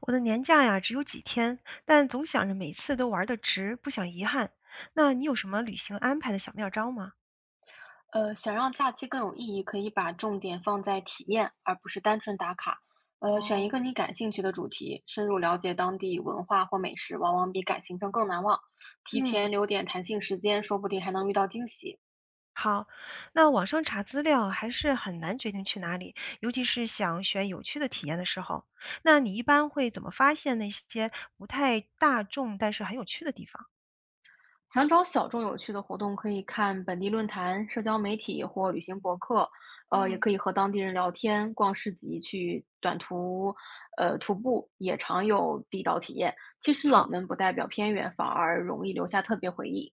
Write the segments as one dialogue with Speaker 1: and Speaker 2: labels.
Speaker 1: 我的年假呀，只有几天，但总想着每次都玩得值，不想遗憾。那你有什么旅行安排的小妙招吗？
Speaker 2: 想让假期更有意义，可以把重点放在体验，而不是单纯打卡。选一
Speaker 1: 哦。
Speaker 2: 个你感兴趣的主题，深入了解当地文化或美食，往往比赶行程更难忘。提
Speaker 1: 嗯，
Speaker 2: 前留点弹性时间，说不定还能遇到惊喜。
Speaker 1: 好。那网上查资料还是很难决定去哪里，尤其是想选有趣的体验的时候。那你一般会怎么发现那些不太大众但是很有趣的地方？
Speaker 2: 想找小众有趣的活动，可以看本地论坛、社交媒体或旅行博客。也
Speaker 1: 嗯，
Speaker 2: 可以和当地人聊天、逛市集、去短途，徒步也常有地道体验。其实冷
Speaker 1: 好，
Speaker 2: 门不代表偏远，反而容易留下特别回忆。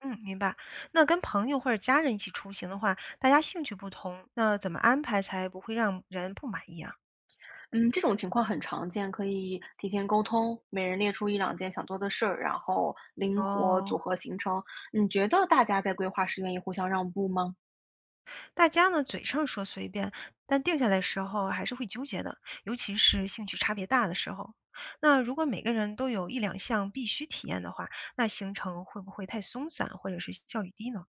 Speaker 1: 嗯，明白。那跟朋友或者家人一起出行的话，大家兴趣不同，那怎么安排才不会让人不满意啊？
Speaker 2: 嗯，这种情况很常见，可以提前沟通，每人列出一两件想做的事儿，然后灵活
Speaker 1: 哦，
Speaker 2: 组合行程。你觉得大家在规划时愿意互相让步吗？
Speaker 1: 大家呢，嘴上说随便，但定下来时候还是会纠结的，尤其是兴趣差别大的时候。那如果每个人都有一两项必须体验的话，那行程会不会太松散，或者是效率低呢？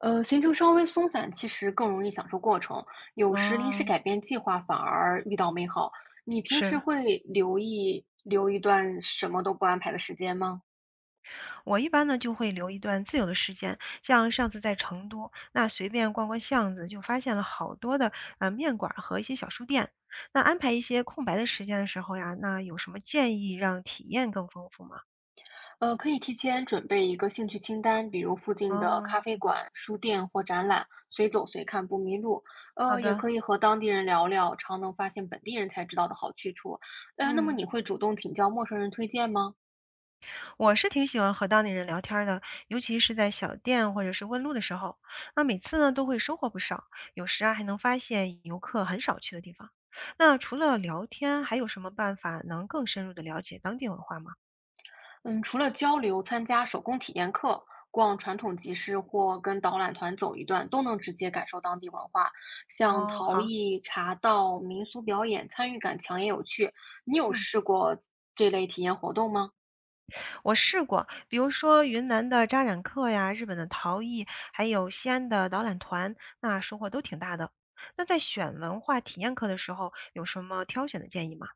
Speaker 2: 行程稍微松散，其实更容易享受过程。有时临时
Speaker 1: 嗯，
Speaker 2: 改变计划，反而遇到美好。你平时
Speaker 1: 是，
Speaker 2: 会留意留一段什么都不安排的时间吗？
Speaker 1: 我一般呢就会留一段自由的时间，像上次在成都，那随便逛逛巷子，就发现了好多的面馆儿和一些小书店。那安排一些空白的时间的时候呀，那有什么建议让体验更丰富吗？
Speaker 2: 可以提前准备一个兴趣清单，比如附近的咖
Speaker 1: 哦，
Speaker 2: 啡馆、书店或展览，随走随看不迷路。
Speaker 1: 好
Speaker 2: 也
Speaker 1: 的，
Speaker 2: 可以和当地人聊聊，常能发现本地人才知道的好去处。那么
Speaker 1: 嗯。
Speaker 2: 你会主动请教陌生人推荐吗？
Speaker 1: 我是挺喜欢和当地人聊天儿的，尤其是在小店或者是问路的时候，那每次呢都会收获不少，有时啊还能发现游客很少去的地方。那除了聊天，还有什么办法能更深入的了解当地文化吗？
Speaker 2: 嗯，除了交流，参加手工体验课、逛传统集市或跟导览团走一段，都能直接感受当地文化。像
Speaker 1: 哦，
Speaker 2: 陶
Speaker 1: 好，
Speaker 2: 艺、茶道、民俗表演，参与感强也有趣。你有
Speaker 1: 嗯，
Speaker 2: 试过这类体验活动吗？
Speaker 1: 我试过，比如说云南的扎染客呀，日本的陶艺，还有西安的导览团，那收获都挺大的。那在选文化体验课的时候，有什么挑选的建议吗？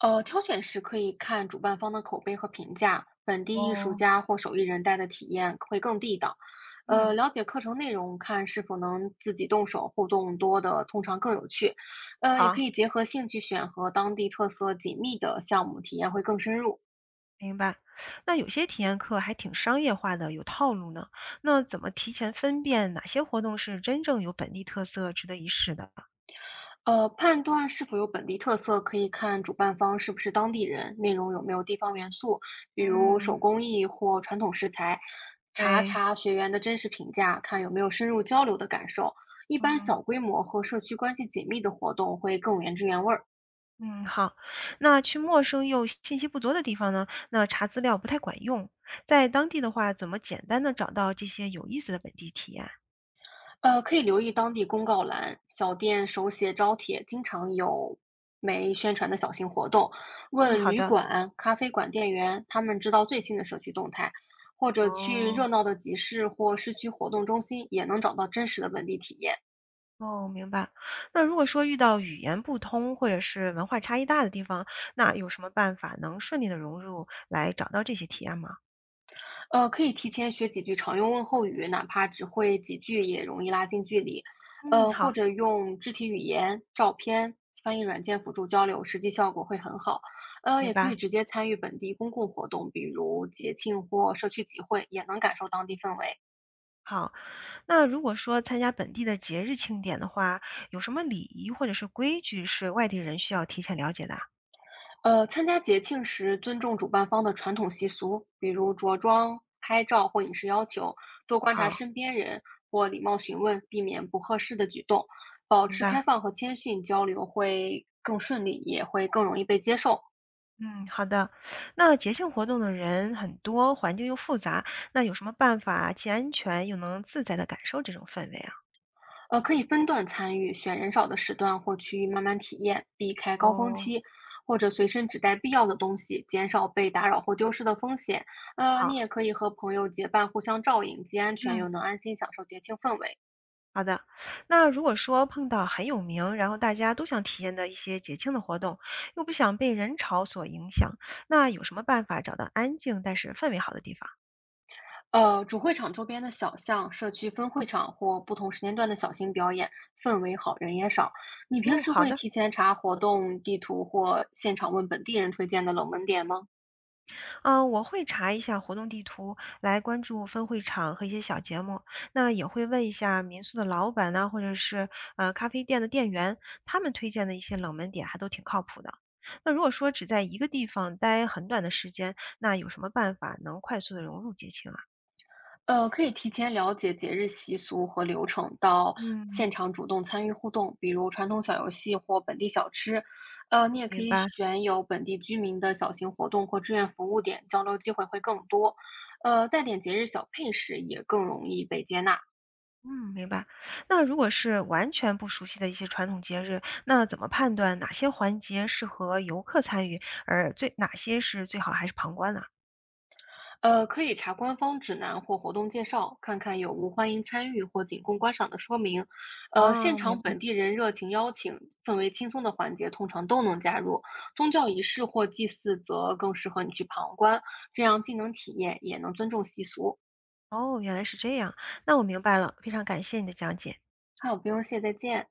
Speaker 2: 挑选时可以看主办方的口碑和评价，本地艺术
Speaker 1: 哦，
Speaker 2: 家或手艺人带的体验会更地道。
Speaker 1: 嗯，
Speaker 2: 了解课程内容，看是否能自己动手，互动多的通常更有趣。也可
Speaker 1: 好。
Speaker 2: 以结合兴趣选和当地特色紧密的项目，体验会更深入。
Speaker 1: 明白，那有些体验课还挺商业化的，有套路呢。那怎么提前分辨哪些活动是真正有本地特色、值得一试的？
Speaker 2: 判断是否有本地特色，可以看主办方是不是当地人，内容有没有地方元素，比如手
Speaker 1: 嗯，
Speaker 2: 工艺或传统食材。查
Speaker 1: 对，
Speaker 2: 查学员的真实评价，看有没有深入交流的感受。一般
Speaker 1: 嗯
Speaker 2: 小规模和社区关系紧密的活动会更有原汁原味儿。
Speaker 1: 嗯，好。那去陌生又信息不多的地方呢，那查资料不太管用。在当地的话，怎么简单的找到这些有意思的本地体验？
Speaker 2: 可以留意当地公告栏，小店手写招贴经常有没宣传的小型活动。
Speaker 1: 嗯，
Speaker 2: 问
Speaker 1: 好
Speaker 2: 旅
Speaker 1: 的。
Speaker 2: 馆、咖啡馆店员，他们知道最新的社区动态，或者去
Speaker 1: 哦。
Speaker 2: 热闹的集市或市区活动中心，也能找到真实的本地体验。
Speaker 1: 哦，明白。那如果说遇到语言不通或者是文化差异大的地方，那有什么办法能顺利的融入，来找到这些体验吗？
Speaker 2: 可以提前学几句常用问候语，哪怕只会几句也容易拉近距离。
Speaker 1: 嗯，好，
Speaker 2: 或者用肢体语言、照片、翻译软件辅助交流，实际效果会很好。
Speaker 1: 明
Speaker 2: 也可
Speaker 1: 白。
Speaker 2: 以直接参与本地公共活动，比如节庆或社区集会，也能感受当地氛围。
Speaker 1: 好，那如果说参加本地的节日庆典的话，有什么礼仪或者是规矩是外地人需要提前了解的啊。
Speaker 2: 参加节庆时尊重主办方的传统习俗，比如着装、拍照或饮食要求，多观察
Speaker 1: 好，
Speaker 2: 身边人或礼貌询问，避免不合适的举动，保
Speaker 1: 明
Speaker 2: 持开
Speaker 1: 白。
Speaker 2: 放和谦逊交流会更顺利，也会更容易被接受。
Speaker 1: 嗯，好的。那节庆活动的人很多，环境又复杂，那有什么办法既安全又能自在的感受这种氛围啊？
Speaker 2: 可以分段参与，选人少的时段或区域慢慢体验，避开高峰
Speaker 1: 哦，
Speaker 2: 期，或者随身只带必要的东西，减少被打扰或丢失的风险。
Speaker 1: 好，
Speaker 2: 你也可以和朋友结伴，互相照应，既安全
Speaker 1: 嗯。
Speaker 2: 又能安心享受节庆氛围。
Speaker 1: 好的，那如果说碰到很有名，然后大家都想体验的一些节庆的活动，又不想被人潮所影响，那有什么办法找到安静但是氛围好的地方？
Speaker 2: 主会场周边的小巷、社区分会场或不同时间段的小型表演，氛围好，人也少。你平
Speaker 1: 哦，
Speaker 2: 时
Speaker 1: 好
Speaker 2: 会
Speaker 1: 的，
Speaker 2: 提前查活动地图或现场问本地人推荐的冷门点吗？
Speaker 1: 嗯，我会查一下活动地图，来关注分会场和一些小节目。那也会问一下民宿的老板呢，或者是咖啡店的店员，他们推荐的一些冷门点还都挺靠谱的。那如果说只在一个地方待很短的时间，那有什么办法能快速的融入节庆啊？
Speaker 2: 可以提前了解节日习俗和流程，到现
Speaker 1: 嗯。
Speaker 2: 场主动参与互动，比如传统小游戏或本地小吃。你也可
Speaker 1: 明
Speaker 2: 以
Speaker 1: 白，
Speaker 2: 选有本地居民的小型活动或志愿服务点，交流机会会更多。带点节日小配饰也更容易被接纳。
Speaker 1: 嗯，明白。那如果是完全不熟悉的一些传统节日，那怎么判断哪些环节适合游客参与，而最哪些是最好还是旁观呢？
Speaker 2: 可以查官方指南或活动介绍，看看有无欢迎参与或仅供观赏的说明。现
Speaker 1: 哦，明
Speaker 2: 场
Speaker 1: 白。
Speaker 2: 本地人热情邀请，氛围轻松的环节通常都能加入。宗教仪式或祭祀则更适合你去旁观，这样既能体验，也能尊重习俗。
Speaker 1: 哦，原来是这样。那我明白了，非常感谢你的讲解。
Speaker 2: 好，不用谢，再见。